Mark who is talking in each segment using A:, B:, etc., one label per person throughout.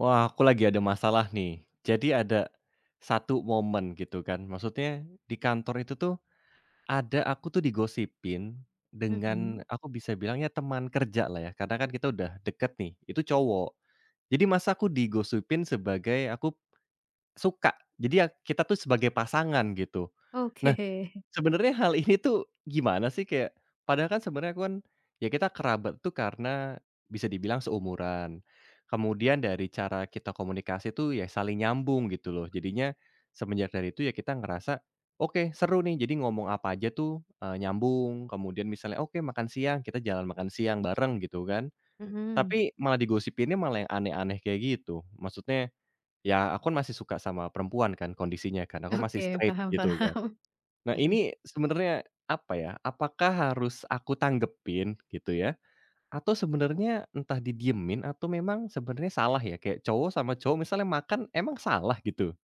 A: Wah, aku lagi ada masalah nih. Jadi ada satu momen gitu kan, maksudnya di kantor itu tuh ada aku tuh digosipin
B: Mhm,
A: dengan aku bisa bilangnya teman kerja lah ya, karena kan kita udah deket nih, itu cowok. Jadi masa aku digosipin sebagai aku suka, jadi ya kita tuh sebagai pasangan gitu.
B: oke,
A: Nah, sebenarnya hal ini tuh gimana sih, kayak padahal kan sebenarnya aku kan, ya kita kerabat tuh karena bisa dibilang seumuran. Kemudian dari cara kita komunikasi tuh ya saling nyambung gitu loh. Jadinya semenjak dari itu ya kita ngerasa, "Oke, seru nih." Jadi ngomong apa aja tuh, nyambung. Kemudian misalnya, "Oke, makan siang." Kita jalan makan siang bareng gitu kan.
B: mhm,
A: Tapi malah digosipinnya malah yang aneh-aneh kayak gitu. Maksudnya, ya aku kan masih suka sama perempuan kan kondisinya kan, aku masih
B: oke,
A: straight
B: paham
A: gitu kan.
B: paham,
A: Nah,
B: mhm.
A: ini sebenarnya apa ya, apakah harus aku tanggepin gitu ya, atau sebenarnya entah didiemin atau memang sebenarnya salah ya, kayak cowok sama cowok misalnya makan emang salah gitu?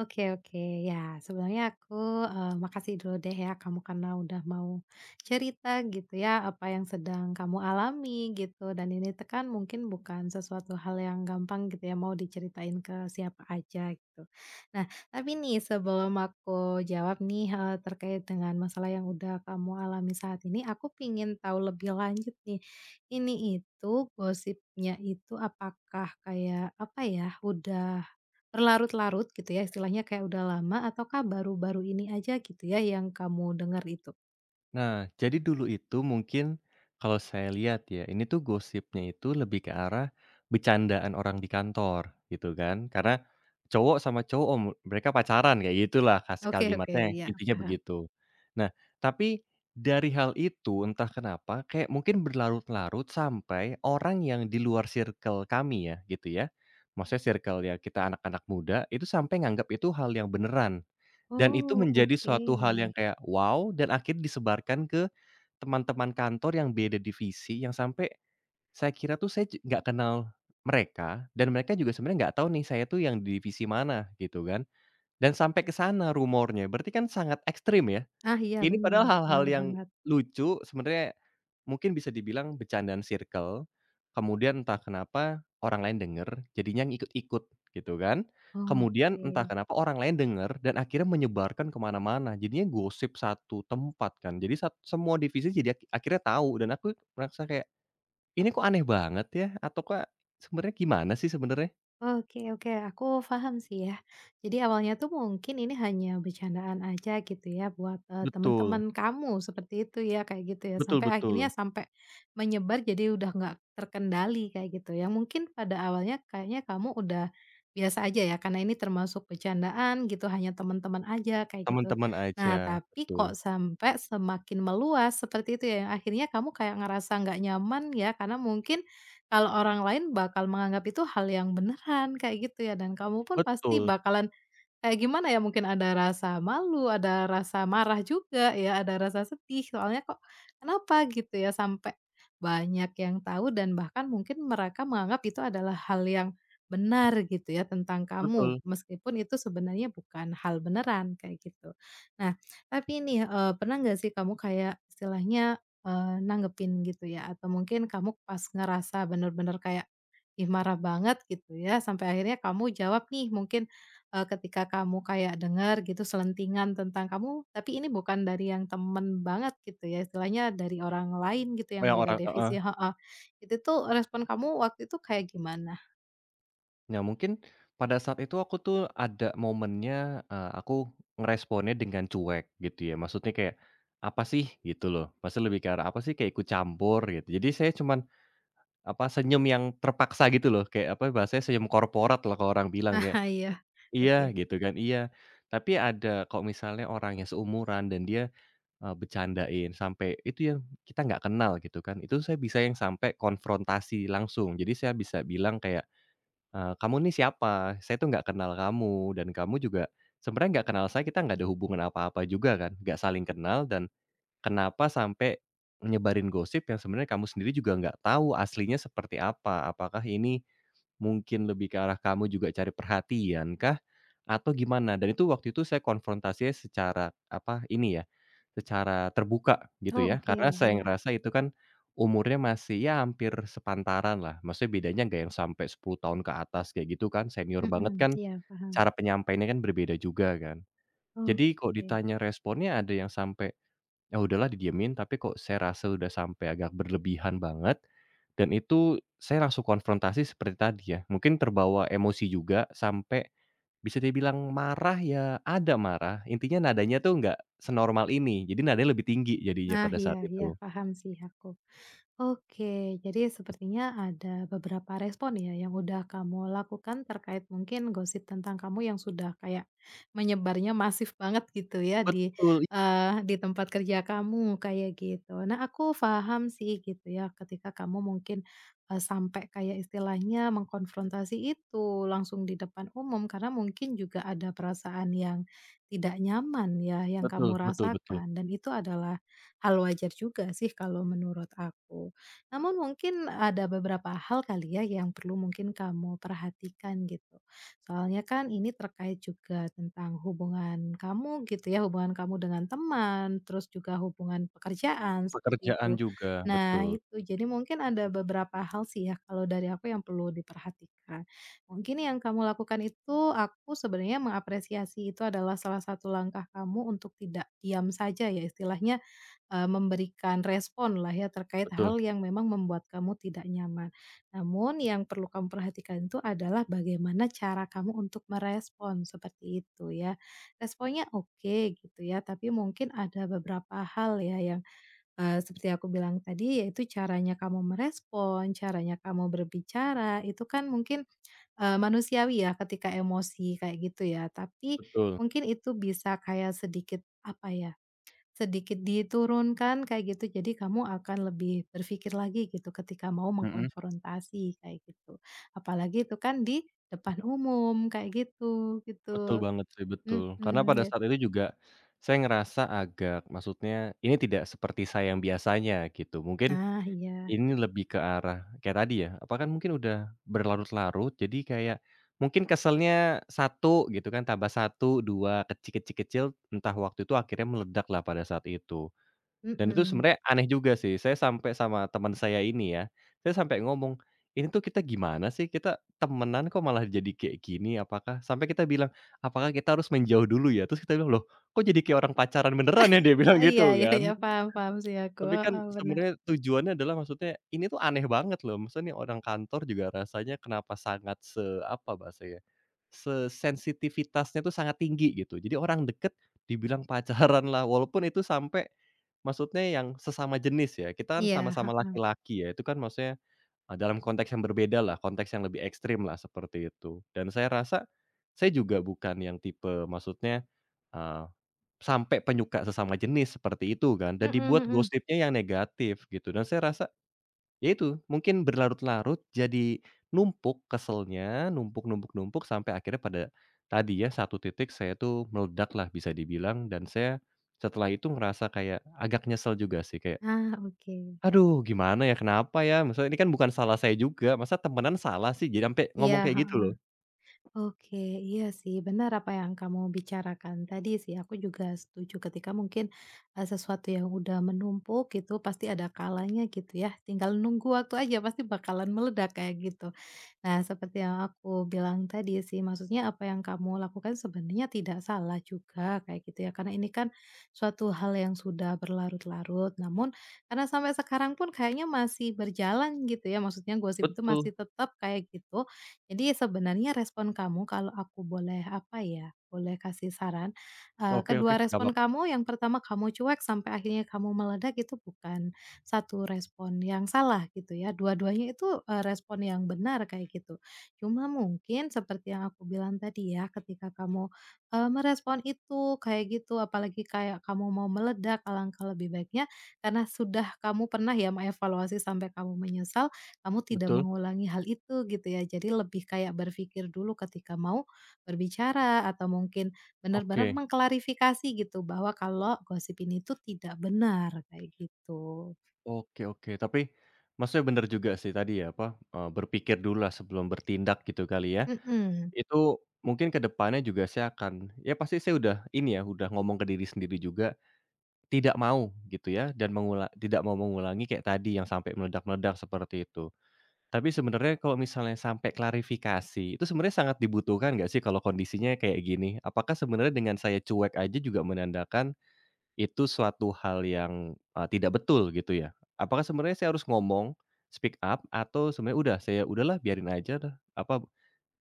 B: Oke oke. Ya, sebenarnya aku, makasih dulu deh ya kamu karena udah mau cerita gitu ya, apa yang sedang kamu alami gitu, dan ini tekan mungkin bukan sesuatu hal yang gampang gitu ya, mau diceritain ke siapa aja gitu. Nah, tapi nih sebelum aku jawab nih, terkait dengan masalah yang udah kamu alami saat ini, aku pingin tahu lebih lanjut nih. Ini itu gosipnya itu apakah kayak, apa ya, udah berlarut-larut gitu ya, istilahnya kayak udah lama ataukah baru-baru ini aja gitu ya yang kamu dengar itu?
A: Nah, jadi dulu itu mungkin kalau saya lihat ya, ini tuh gosipnya itu lebih ke arah bercandaan orang di kantor gitu kan. Karena cowok sama cowok, oh, mereka pacaran kayak gitulah, kas
B: Oke oke,
A: kalimatnya
B: ya,
A: intinya
B: paham.
A: begitu. Nah, tapi dari hal itu entah kenapa kayak mungkin berlarut-larut sampai orang yang di luar circle kami, ya gitu ya. Maksudnya circle ya kita anak-anak muda itu sampai nganggap itu hal yang beneran. Dan itu
B: Oh,
A: menjadi
B: oke.
A: suatu hal yang kayak, wow, dan akhirnya disebarkan ke teman-teman kantor yang beda divisi, yang sampai saya kira tuh saya ju nggak kenal mereka, dan mereka juga sebenarnya nggak tahu nih saya tuh yang di divisi mana, gitu kan. Dan sampai ke sana rumornya, berarti kan sangat ekstrim ya?
B: Ah, iya
A: Ini padahal
B: benar,
A: hal-hal
B: benar
A: yang
B: banget.
A: lucu, sebenarnya mungkin bisa dibilang bercandaan circle, kemudian entah kenapa orang lain denger, jadinya ngikut-ikut gitu kan. Kemudian entah
B: Oke.
A: kenapa orang lain denger dan akhirnya menyebarkan ke mana-mana, jadinya gosip satu tempat kan. Jadi sat semua divisi jadi aki akhirnya tahu, dan aku merasa kayak, "Ini kok aneh banget ya?" Atau, "Kok sebenarnya gimana sih sebenarnya?"
B: Oke oke, aku paham sih ya. Jadi awalnya tuh mungkin ini hanya bercandaan aja gitu ya buat,
A: Betul,
B: teman-teman kamu seperti itu ya, kayak gitu ya,
A: betul,
B: sampai akhirnya
A: betul,
B: sampai menyebar jadi udah nggak terkendali kayak gitu, yang mungkin pada awalnya kayaknya kamu udah biasa aja ya, karena ini termasuk bercandaan gitu, hanya teman-teman aja kayak gitu.
A: teman-teman
B: Nah,
A: aja,
B: tapi kok
A: betul.
B: sampai semakin meluas seperti itu ya, yang akhirnya kamu kayak ngerasa nggak nyaman ya, karena mungkin kalau orang lain bakal menganggap itu hal yang beneran kayak gitu ya, dan kamu pun pasti
A: Betul,
B: bakalan kayak gimana ya, mungkin ada rasa malu, ada rasa marah juga ya, ada rasa sedih, soalnya kok kenapa gitu ya sampai banyak yang tahu dan bahkan mungkin mereka menganggap itu adalah hal yang benar gitu ya tentang kamu,
A: betul,
B: meskipun itu sebenarnya bukan hal beneran, kayak gitu. Nah, tapi nih, pernah nggak sih kamu kayak istilahnya, nanggepin gitu ya, atau mungkin kamu pas ngerasa bener-bener kayak, ih marah banget gitu ya, sampai akhirnya kamu jawab nih mungkin ketika kamu kayak dengar gitu selentingan tentang kamu tapi ini bukan dari yang temen banget gitu ya, istilahnya dari orang lain gitu
A: oh
B: yang
A: yang
B: beda
A: orang, heeh.
B: divisi, heeh. Itu tuh respon kamu waktu itu kayak gimana?
A: Nah, mungkin pada saat itu aku tuh ada momennya, aku ngeresponnya dengan cuek gitu ya. Maksudnya kayak, "Apa sih?" Gitu loh. Pasti lebih ke arah, "Apa sih?" Kayak ikut campur gitu. Jadi saya cuman, apa, senyum yang terpaksa gitu loh. Kayak, apa, bahasanya senyum korporat lah kalau orang bilang kayak,
B: Ah, iya, oke.
A: "Iya," gitu kan, "Iya." Tapi ada kok misalnya orangnya seumuran dan dia, bercandain sampai itu yang kita nggak kenal gitu kan, itu saya bisa yang sampai konfrontasi langsung. Jadi saya bisa bilang kayak, "Kamu nih siapa? Saya tuh nggak kenal kamu, dan kamu juga sebenarnya nggak kenal saya, kita nggak ada hubungan apa-apa juga kan, nggak saling kenal, dan kenapa sampai nyebarin gosip yang sebenarnya kamu sendiri juga nggak tahu aslinya seperti apa? Apakah ini mungkin lebih ke arah kamu juga cari perhatian kah? Atau gimana?" Dan itu waktu itu saya konfrontasinya secara, apa, ini ya, secara terbuka gitu
B: Oh
A: ya.
B: oke,
A: Karena saya
B: iya.
A: ngerasa itu kan umurnya masih ya hampir sepantaran lah, maksudnya bedanya nggak yang sampai 10 tahun ke atas kayak gitu kan, senior
B: Mhm,
A: banget kan,
B: iya paham.
A: cara penyampaiannya kan berbeda juga kan. Jadi kok
B: Oke.
A: ditanya responnya ada yang sampai ya udahlah didiemin, tapi kok saya rasa udah sampai agak berlebihan banget, dan itu saya langsung konfrontasi seperti tadi ya, mungkin terbawa emosi juga sampai bisa dibilang marah ya, ada marah, intinya nadanya tuh nggak senormal ini, jadi nadanya lebih tinggi jadinya
B: Nah,
A: pada saat
B: iya
A: itu.
B: iya, paham sih aku. Oke, jadi sepertinya ada beberapa respon ya yang udah kamu lakukan terkait mungkin gosip tentang kamu yang sudah kayak menyebarnya masif banget gitu ya di
A: Betul i,
B: eh, di tempat kerja kamu kayak gitu. Nah, aku paham sih gitu ya ketika kamu mungkin eh, sampai kayak istilahnya mengkonfrontasi itu langsung di depan umum, karena mungkin juga ada perasaan yang tidak nyaman ya yang
A: betul,
B: kamu
A: betul, betul.
B: rasakan, dan itu adalah hal wajar juga sih kalau menurut aku. Namun mungkin ada beberapa hal kali ya yang perlu mungkin kamu perhatikan gitu. Soalnya kan ini terkait juga tentang hubungan kamu gitu ya, hubungan kamu dengan teman, terus juga hubungan pekerjaan seperti
A: Pekerjaan
B: itu.
A: juga,
B: Nah,
A: betul,
B: itu jadi mungkin ada beberapa hal sih ya kalau dari aku yang perlu diperhatikan. Mungkin yang kamu lakukan itu aku sebenarnya mengapresiasi, itu adalah salah satu langkah kamu untuk tidak diam saja ya, istilahnya memberikan respon lah ya terkait
A: betul,
B: hal yang memang membuat kamu tidak nyaman. Namun yang perlu kamu perhatikan itu adalah bagaimana cara kamu untuk merespon seperti itu ya. Responnya oke gitu ya, tapi mungkin ada beberapa hal ya yang, seperti aku bilang tadi, yaitu caranya kamu merespon, caranya kamu berbicara itu kan mungkin, manusiawi ya ketika emosi kayak gitu ya. Tapi
A: betul,
B: mungkin itu bisa kayak sedikit apa ya, sedikit diturunkan kayak gitu, jadi kamu akan lebih berpikir lagi gitu ketika mau
A: mhm,
B: mengkonfrontasi kayak gitu. Apalagi itu kan di depan umum kayak gitu,
A: betul
B: gitu.
A: banget sih, betul. Karena
B: Mhm,
A: pada
B: ja
A: saat itu juga saya ngerasa agak maksudnya ini tidak seperti saya yang biasanya gitu, mungkin
B: nah iya,
A: ini lebih ke arah kayak tadi ya, apa kan mungkin udah berlarut-larut jadi kayak mungkin keselnya satu gitu kan, tambah satu 2 kecil, kecil, kecil, entah waktu itu akhirnya meledak lah pada saat itu. Dan itu
B: mhm.
A: sebenarnya aneh juga sih, saya sampai sama teman saya ini ya, saya sampai ngomong, "Ini tuh kita gimana sih? Kita temenan kok malah jadi kayak gini? Apakah," sampai kita bilang, "apakah kita harus menjauh dulu ya?" Terus kita bilang, "Loh, kok jadi kayak orang pacaran beneran ya?" Dia bilang
B: Ah, iya
A: gitu
B: iya iya,
A: kan.
B: paham paham sih aku,
A: Tapi kan
B: heeh, bener.
A: sebenarnya tujuannya adalah maksudnya ini tuh aneh banget loh, maksudnya nih orang kantor juga rasanya kenapa sangat se apa bahasanya, sensitivitasnya tuh sangat tinggi gitu. Jadi orang deket dibilang pacaran lah, walaupun itu sampai maksudnya yang sesama jenis ya, kita kan
B: Iya,
A: sama-sama
B: heeh,
A: laki-laki ya, itu kan maksudnya, dalam konteks yang berbeda lah, konteks yang lebih ekstrim lah seperti itu. Dan saya rasa, saya juga bukan yang tipe maksudnya, ah, sampai penyuka sesama jenis seperti itu kan dan
B: mhm
A: dibuat
B: mhm.
A: gosipnya yang negatif gitu, dan saya rasa ya itu mungkin berlarut-larut jadi numpuk keselnya, numpuk-numpuk-numpuk sampai akhirnya pada tadi ya satu titik saya tuh meledak lah bisa dibilang, dan saya setelah itu ngerasa kayak agak nyesel juga sih kayak,
B: Ah, oke.
A: "Aduh gimana ya, kenapa ya?" Maksudnya ini kan bukan salah saya juga, masa temenan salah sih jadi sampai ngomong
B: Iya.
A: kayak gitu loh.
B: Oke, iya sih, benar apa yang kamu bicarakan tadi sih. Aku juga setuju ketika mungkin eh, sesuatu yang udah menumpuk gitu pasti ada kalanya gitu ya. Tinggal nunggu waktu aja pasti bakalan meledak kayak gitu. Nah, seperti yang aku bilang tadi sih, maksudnya apa yang kamu lakukan sebenarnya tidak salah juga kayak gitu ya. Karena ini kan suatu hal yang sudah berlarut-larut. Namun karena sampai sekarang pun kayaknya masih berjalan gitu ya. Maksudnya gosip itu
A: Betul.
B: masih tetap kayak gitu. Jadi sebenarnya respon kamu, kalau aku boleh apa ya, boleh kasih saran. Eh,
A: Oke, oke,
B: kedua
A: nggak
B: respon
A: apa-apa.
B: kamu, yang pertama kamu cuek sampai akhirnya kamu meledak, itu bukan satu respon yang salah gitu ya, dua-duanya itu, respon yang benar kayak gitu. Cuma mungkin seperti yang aku bilang tadi ya, ketika kamu, merespon itu kayak gitu, apalagi kayak kamu mau meledak, alangkah lebih baiknya karena sudah kamu pernah ya mengevaluasi sampai kamu menyesal, kamu tidak
A: Betul.
B: mengulangi hal itu gitu ya. Jadi lebih kayak berpikir dulu ketika mau berbicara, atau mungkin benar-benar
A: Oke.
B: mengklarifikasi gitu bahwa kalau gosip ini tuh tidak benar, kayak gitu.
A: Oke, oke, tapi maksudnya bener juga sih tadi ya, apa, berpikir dululah sebelum bertindak gitu kali ya.
B: Mhm,
A: Itu mungkin ke depannya juga saya akan ya pasti saya udah ini ya, udah ngomong ke diri sendiri juga, tidak mau gitu ya dan mengulang, tidak mau mengulangi kayak tadi yang sampai meledak-meledak seperti itu. Tapi sebenarnya kalau misalnya sampai klarifikasi, itu sebenarnya sangat dibutuhkan nggak sih kalau kondisinya kayak gini? Apakah sebenarnya dengan saya cuek aja juga menandakan itu suatu hal yang, tidak betul gitu ya? Apakah sebenarnya saya harus ngomong, speak up, atau sebenarnya udah saya udahlah biarin aja dah, apa,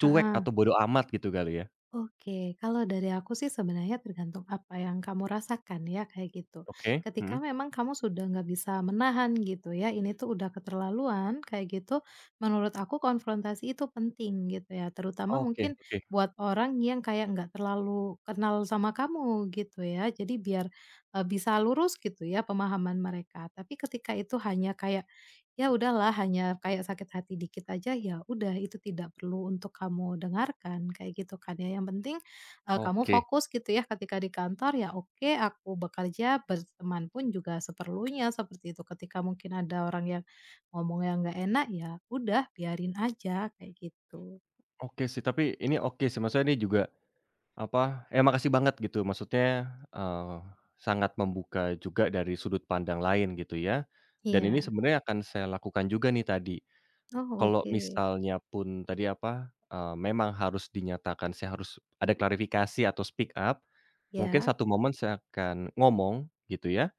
A: cuek
B: heeh.
A: atau bodoh amat gitu kali ya?
B: Oke, kalau dari aku sih sebenarnya tergantung apa yang kamu rasakan ya, kayak gitu.
A: Oke,
B: Ketika
A: mhm,
B: memang kamu sudah nggak bisa menahan gitu ya, ini tuh udah keterlaluan kayak gitu, menurut aku konfrontasi itu penting gitu ya, terutama
A: oke,
B: mungkin
A: oke,
B: buat orang yang kayak nggak terlalu kenal sama kamu gitu ya. Jadi biar, bisa lurus gitu ya pemahaman mereka. Tapi ketika itu hanya kayak ya udahlah, hanya kayak sakit hati dikit aja, ya udah itu tidak perlu untuk kamu dengarkan, kayak gitu kan ya. Yang penting, kamu
A: oke,
B: fokus gitu ya ketika di kantor, ya oke aku bekerja, berteman pun juga seperlunya, seperti itu. Ketika mungkin ada orang yang ngomong yang nggak enak, ya udah biarin aja, kayak gitu.
A: oke sih, tapi ini oke sih, maksudnya ini juga, apa, eh, makasih banget gitu maksudnya, eee, sangat membuka juga dari sudut pandang lain gitu ya, dan ini
B: Iya.
A: sebenarnya akan saya lakukan juga nih tadi.
B: Oh
A: Kalau
B: oke.
A: misalnya pun tadi apa, memang harus dinyatakan saya harus ada klarifikasi atau speak up, mungkin
B: Ya.
A: satu momen saya akan ngomong gitu ya,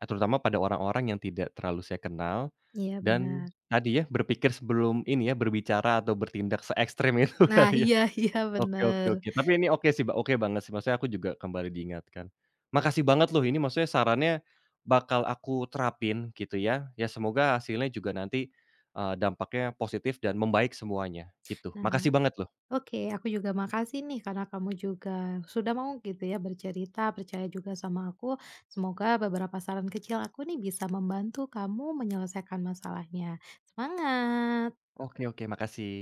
A: terutama pada orang-orang yang tidak terlalu saya kenal,
B: Iya
A: dan
B: benar.
A: tadi ya berpikir sebelum ini ya, berbicara atau bertindak se-ekstrem itu
B: Nah,
A: kali ya.
B: iya iya
A: Oke, oke,
B: benar.
A: oke. Tapi ini oke sih, Mbak, oke banget sih, maksudnya aku juga kembali diingatkan. Makasih banget loh ini, maksudnya sarannya bakal aku terapin gitu ya. Ya semoga hasilnya juga nanti, dampaknya positif dan membaik semuanya gitu.
B: Nah,
A: Makasih banget loh.
B: oke, aku juga makasih nih karena kamu juga sudah mau gitu ya bercerita, percaya juga sama aku. Semoga beberapa saran kecil aku nih bisa membantu kamu menyelesaikan masalahnya. Semangat!
A: Oke, oke, makasih.